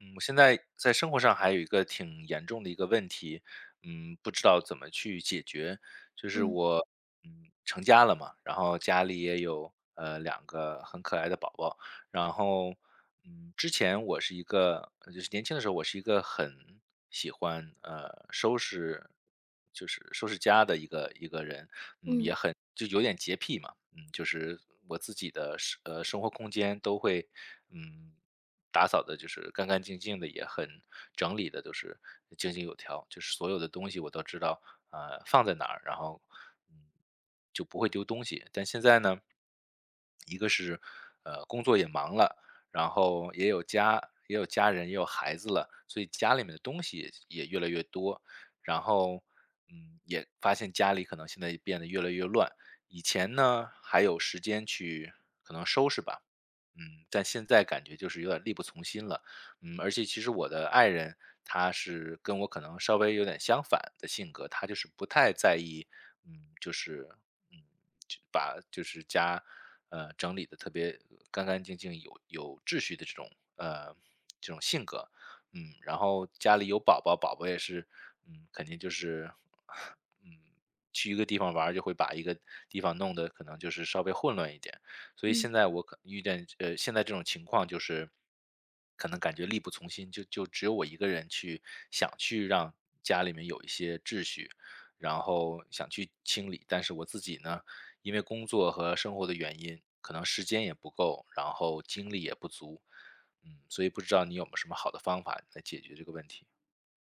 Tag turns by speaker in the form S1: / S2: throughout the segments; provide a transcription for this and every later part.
S1: 嗯，我现在在生活上还有一个挺严重的一个问题，不知道怎么去解决。就是
S2: 嗯
S1: 我，成家了嘛，然后家里也有两个很可爱的宝宝，然后，之前我是一个，就是年轻的时候我是一个很喜欢收拾，就是收拾家的一个人，
S2: 嗯
S1: 也很就有点洁癖嘛，就是我自己的生活空间都会，嗯。打扫的就是干干净净的，也很整理的，都是井井有条，就是所有的东西我都知道，放在哪儿，然后，嗯，就不会丢东西。但现在呢，一个是，工作也忙了，然后也有家人，也有孩子了，所以家里面的东西也越来越多，然后，也发现家里可能现在也变得越来越乱。以前呢，还有时间去可能收拾吧，但现在感觉就是有点力不从心了。而且其实我的爱人，他是跟我可能稍微有点相反的性格，他就是不太在意，就是嗯，就把就是家，整理的特别干干净净、有秩序的呃这种性格。然后家里有宝宝，宝宝也是，肯定就是 嗯，去一个地方玩儿就会把一个地方弄得可能就是稍微混乱一点。所以
S2: 嗯
S1: 现在我可遇见现在这种情况就是，可能感觉力不从心，就只有我一个人去想去让家里面有一些秩序，然后想去清理，但是我自己呢，因为工作和生活的原因，可能时间也不够，然后精力也不足，所以不知道你有没有什么好的方法来解决这个问题？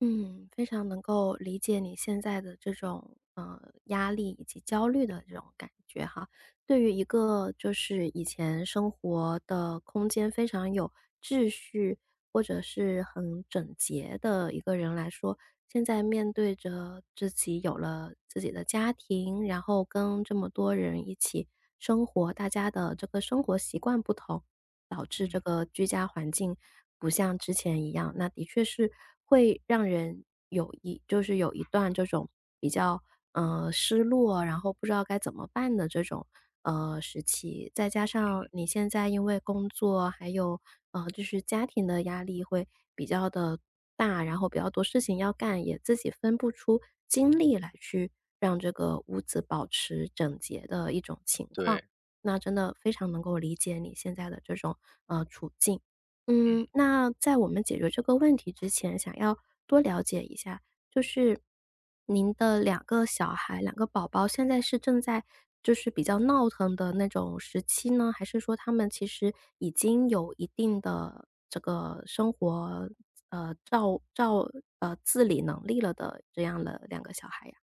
S2: 嗯，非常能够理解你现在的这种压力以及焦虑的
S1: 嗯
S2: 这种感觉哈。对于一个就是以前生活的空间非常有秩序或者是很整洁的一个人来说，现在面对着自己有了自己的家庭，然后跟这么多人一起生活，大家的这个生活习惯不同。导致这
S1: 嗯
S2: 个居家环境不像之前一样，那的确是会让人有一段这种比较，失落，然后不知道该怎么办的这种，时期。再加上
S1: 嗯，
S2: 你现在因为工作，还有，就是家庭的压力会比较的大，然后比较多事情要干，也自己分不出精力来去让这个屋子保持整洁的一种情况。
S1: 对，
S2: 那真的非常能够理解你现在的这种，处境。
S1: 嗯。
S2: 嗯，那在我们解决这个问题之前，想要多了解一下，就是您的两个小孩、两个宝宝现在是正在就是比较闹腾的那种时期呢？还是说他们其实已经有一定的这个生活，呃，照照呃，自理能力了的这样的两个小孩呀？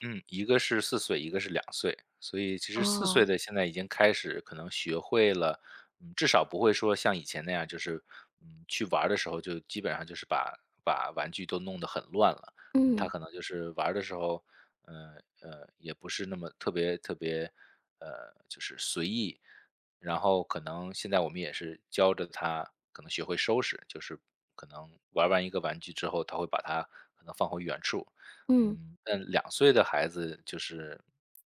S1: 嗯，一个是四岁，一个是两岁。所以其实四岁
S2: 哦。
S1: 的现在已经开始可能学会了，至少不会说像以前那样，就是，去玩儿的时候就基本上就是把玩具都弄得很乱了。他
S2: 嗯，
S1: 可能就是玩儿的时候，也不是那么特别特别，就是随意。然后可能现在我们也是教着他可能学会收拾，就是可能玩完一个玩具之后，他会把它可能放回原处。
S2: 嗯，
S1: 但两岁的孩子就是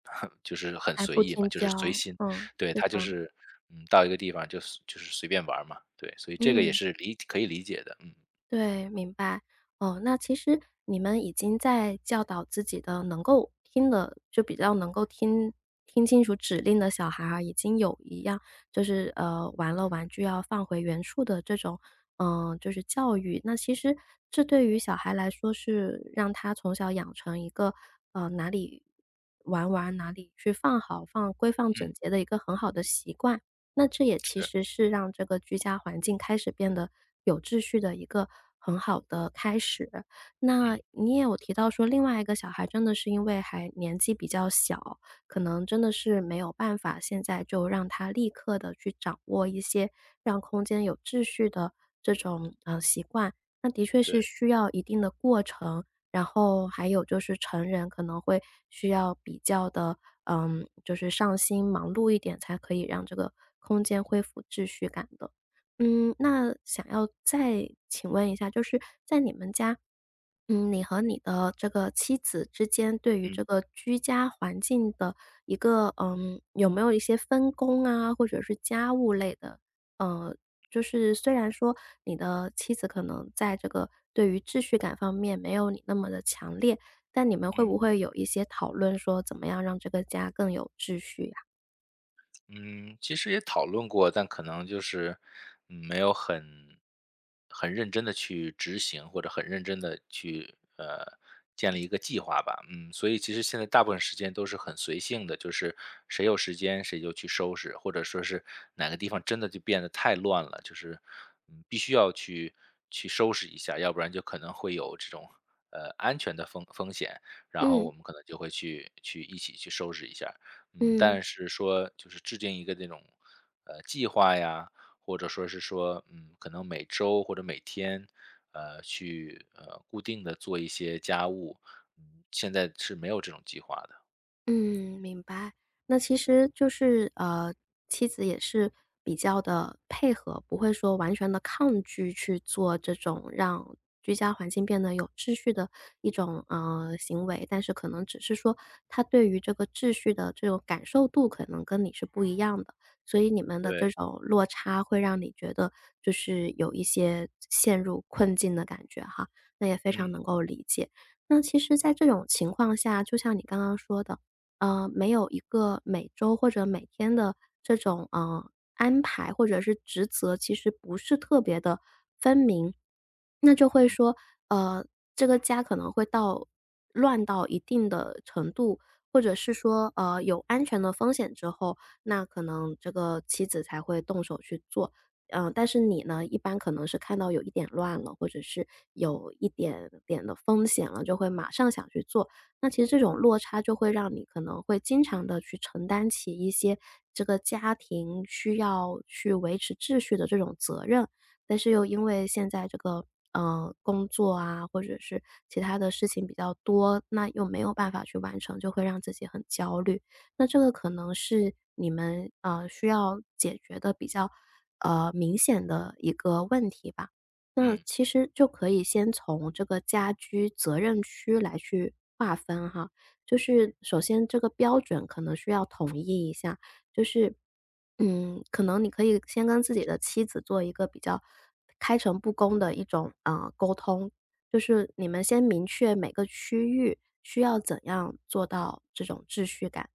S1: 就是很
S2: 还
S1: 随
S2: 不
S1: 意嘛，
S2: 听
S1: 就是随
S2: 教，
S1: 心，
S2: 嗯，
S1: 对，
S2: 是
S1: 他
S2: 的。
S1: 就是，到一个地方就是随便玩儿嘛，对，所以这个也
S2: 嗯，
S1: 是可以理解的，嗯，
S2: 对，明白。哦，那其实你们已经在教导自己的能够听的就比较能够听听清楚指令的小孩儿啊，已经有一样就是玩了玩具要放回原处的这种，嗯，就是教育。那其实这对于小孩来说是让他从小养成一个哪里玩玩哪里去放好、放整
S1: 嗯，
S2: 洁的一个很好的习惯。那这也其
S1: 是，
S2: 实是让这个居家环境开始变得有秩序的一个很好的开始。那
S1: 嗯，
S2: 你也有提到说，另外一个小孩真的是因为还年纪比较小，可能真的是没有办法现在就让他立刻的去掌握一些让空间有秩序的这种，习惯。那的确是
S1: 对，
S2: 需要一定的过程，然后还有就是成人可能会需要比较的。嗯，就是上心忙碌一点，才可以让这个空间恢复秩序感的。嗯，那想要再请问一下，就是在你们家，嗯，你和你的这个妻子之间对于
S1: 嗯
S2: 这个居家环境的一个，嗯，有没有一些分工啊，或者是家务类的？呃，就是虽然说你的妻子可能在这个对于秩序感方面没有你那么的强烈，但你们会不
S1: 嗯。
S2: 会有一些讨论说怎么样让这个家更有秩序呀？
S1: 嗯，其实也讨论过，但可能就是，没有很认真的去执行，或者很认真的去，建立一个计划吧。嗯，所以其实现在大部分时间都是很随性的，就是谁有时间谁就去收拾，或者说是哪个地方真的就变得太乱了，就是，必须要去收拾一下，要不然就可能会有这种，安全的风险。然后
S2: 嗯
S1: 我们可能就会去一起去收拾一下。
S2: 嗯。
S1: 但是说就是制定一个这种，计划呀，或者说是说，可能每周或者每天，去，固定的做一些家务，现在是没有这种计划的。
S2: 嗯，明白。那其实就是，妻子也是比较的配合，不会说完全的抗拒去做这种让居家环境变得有秩序的一种，行为。但是可能只是说他对于这个秩序的这种感受度可能跟你是不一样的，所以你们的这
S1: 对，
S2: 种落差会让你觉得就是有一些陷入困境的感觉哈，那也非常
S1: 嗯，
S2: 能够理解。那其实在这种情况下，就像你刚刚说的，没有一个每周或者每天的这种，安排或者是职责，其实不是特别的分明。那就会说，呃，这个家可能会乱到一定的程度，或者是说，有安全的风险之后，那可能这个妻子才会动手去做。嗯，但是你呢，一般可能是看到有一点乱了，或者是有一点点的风险了，就会马上想去做。那其实这种落差就会让你可能会经常的去承担起一些这个家庭需要去维持秩序的这种责任，但是又因为现在这个，工作啊，或者是其他的事情比较多，那又没有办法去完成，就会让自己很焦虑。那这个可能是你们，需要解决的比较，明显的一个问题吧。那
S1: 嗯，
S2: 其实就可以先从这个家居责任区来去划分哈，就是首先这个标准可能需要统一一下，就是，嗯，可能你可以先跟自己的妻子做一个比较开诚布公的一种沟通，就是你们先明确每个区域需要怎样做到这种秩序感。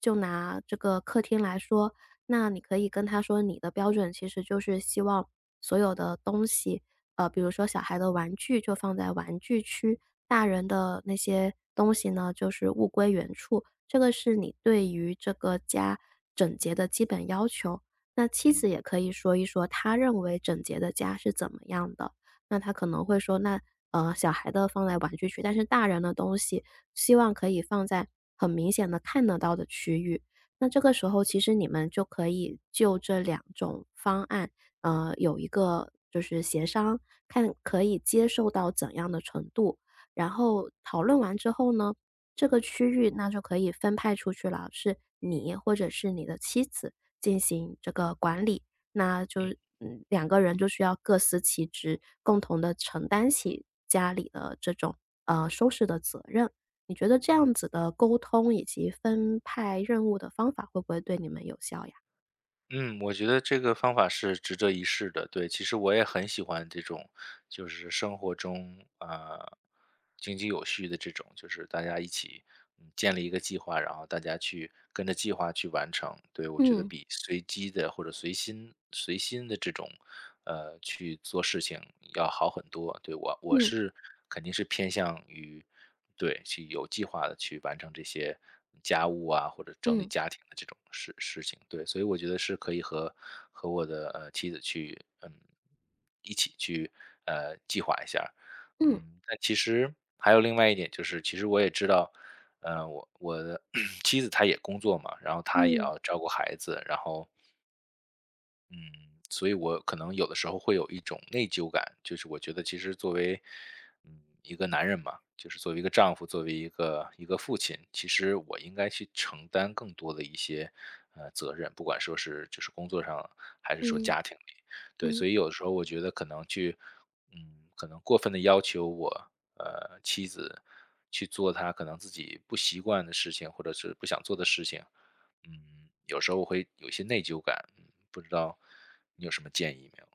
S2: 就拿这个客厅来说，那你可以跟他说，你的标准其实就是希望所有的东西比如说小孩的玩具就放在玩具区，大人的那些东西呢，就是物归原处。这个是你对于这个家整洁的基本要求。那妻
S1: 嗯，
S2: 子也可以说一说，她认为整洁的家是怎么样的。那她可能会说，那小孩的放在玩具区，但是大人的东西希望可以放在很明显的看得到的区域。那这个时候，其实你们就可以就这两种方案有一个就是协商，看可以接受到怎样的程度。然后讨论完之后呢，这个区域那就可以分派出去了，是你或者是你的妻子进行这个管理。那就嗯，两个人就需要各司其职，共同的承担起家里的这种，收拾的责任。你觉得这样子的沟通以及分派任务的方法会不会对你们有效呀？
S1: 嗯，我觉得这个方法是值得一试的，对。其实我也很喜欢这种，就是生活中，啊，井井有序的这种，就是大家一起建立一个计划，然后大家去跟着计划去完成。对，我觉得
S2: 嗯，
S1: 比随机的或者随心随心的这种，去做事情要好很多。对，我
S2: 嗯，
S1: 是肯定是偏向于，对，去有计划的去完成这些家务啊，或者整理
S2: 嗯，
S1: 家庭的这种事情。对，所以我觉得是可以和我的妻子去，一起去计划一下儿
S2: 嗯，
S1: 但其实还有另外一点就是，其实我也知道，我的 妻子她也工作嘛，然后她也
S2: 嗯。
S1: 要照顾孩子，然后嗯，所以我可能有的时候会有一种内疚感，就是我觉得其实作为，一个男人嘛，就是作为一个丈夫，作为一个父亲，其实我应该去承担更多的一些责任，不管说是就是工作上，还是说
S2: 嗯
S1: 家庭里，对，
S2: 嗯
S1: 所以有的时候我觉得可能去，可能过分的要求我妻子去做她可能自己不习惯的事情，或者是不想做的事情，有时候我会有一些内疚感，不知道你有什么建议没有？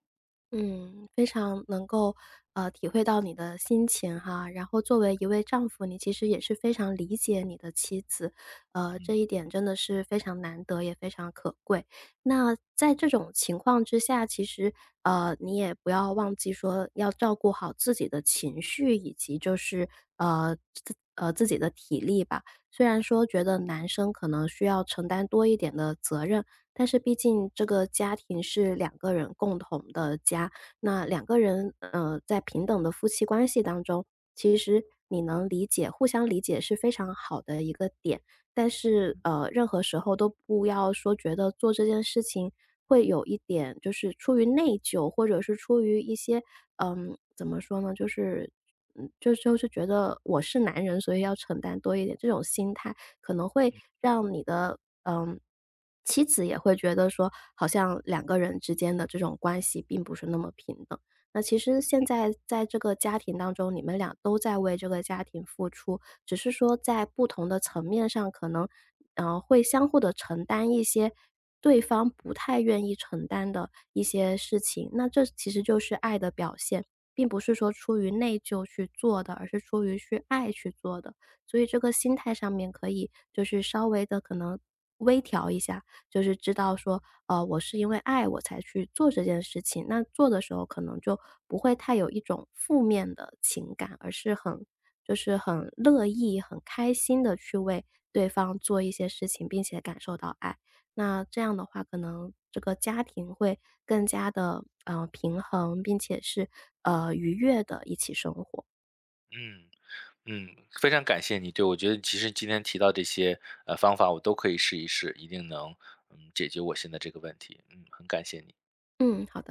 S2: 嗯，非常能够，体会到你的心情哈。然后作为一位丈夫，你其实也是非常理解你的妻子，这一
S1: 嗯
S2: 点真的是非常难得，也非常可贵。那在这种情况之下，其实，你也不要忘记说要照顾好自己的情绪，以及就是，呃，自己的体力吧。虽然说觉得男生可能需要承担多一点的责任，但是毕竟这个家庭是两个人共同的家，那两个人，在平等的夫妻关系当中，其实你能互相理解是非常好的一个点。但是，任何时候都不要说觉得做这件事情会有一点就是出于内疚，或者是出于一些，嗯，怎么说呢，就是觉得我是男人，所以要承担多一点这种心态。可能会让你的嗯，妻子也会觉得说，好像两个人之间的这种关系并不是那么平等。那其实现在在这个家庭当中，你们俩都在为这个家庭付出，只是说在不同的层面上，可能会相互的承担一些对方不太愿意承担的一些事情。那这其实就是爱的表现，并不是说出于内疚去做的，而是出于去爱去做的。所以这个心态上面可以就是稍微的可能微调一下，就是知道说，我是因为爱我才去做这件事情，那做的时候可能就不会太有一种负面的情感，而是就是很乐意、很开心的去为对方做一些事情，并且感受到爱。那这样的话，可能这个家庭会更加的平衡，并且是，愉悦的一起生活。
S1: 嗯嗯，非常感谢你。对，我觉得其实今天提到这些方法，我都可以试一试，一定能解决我现在这个问题。嗯，很感谢你。
S2: 嗯，好的。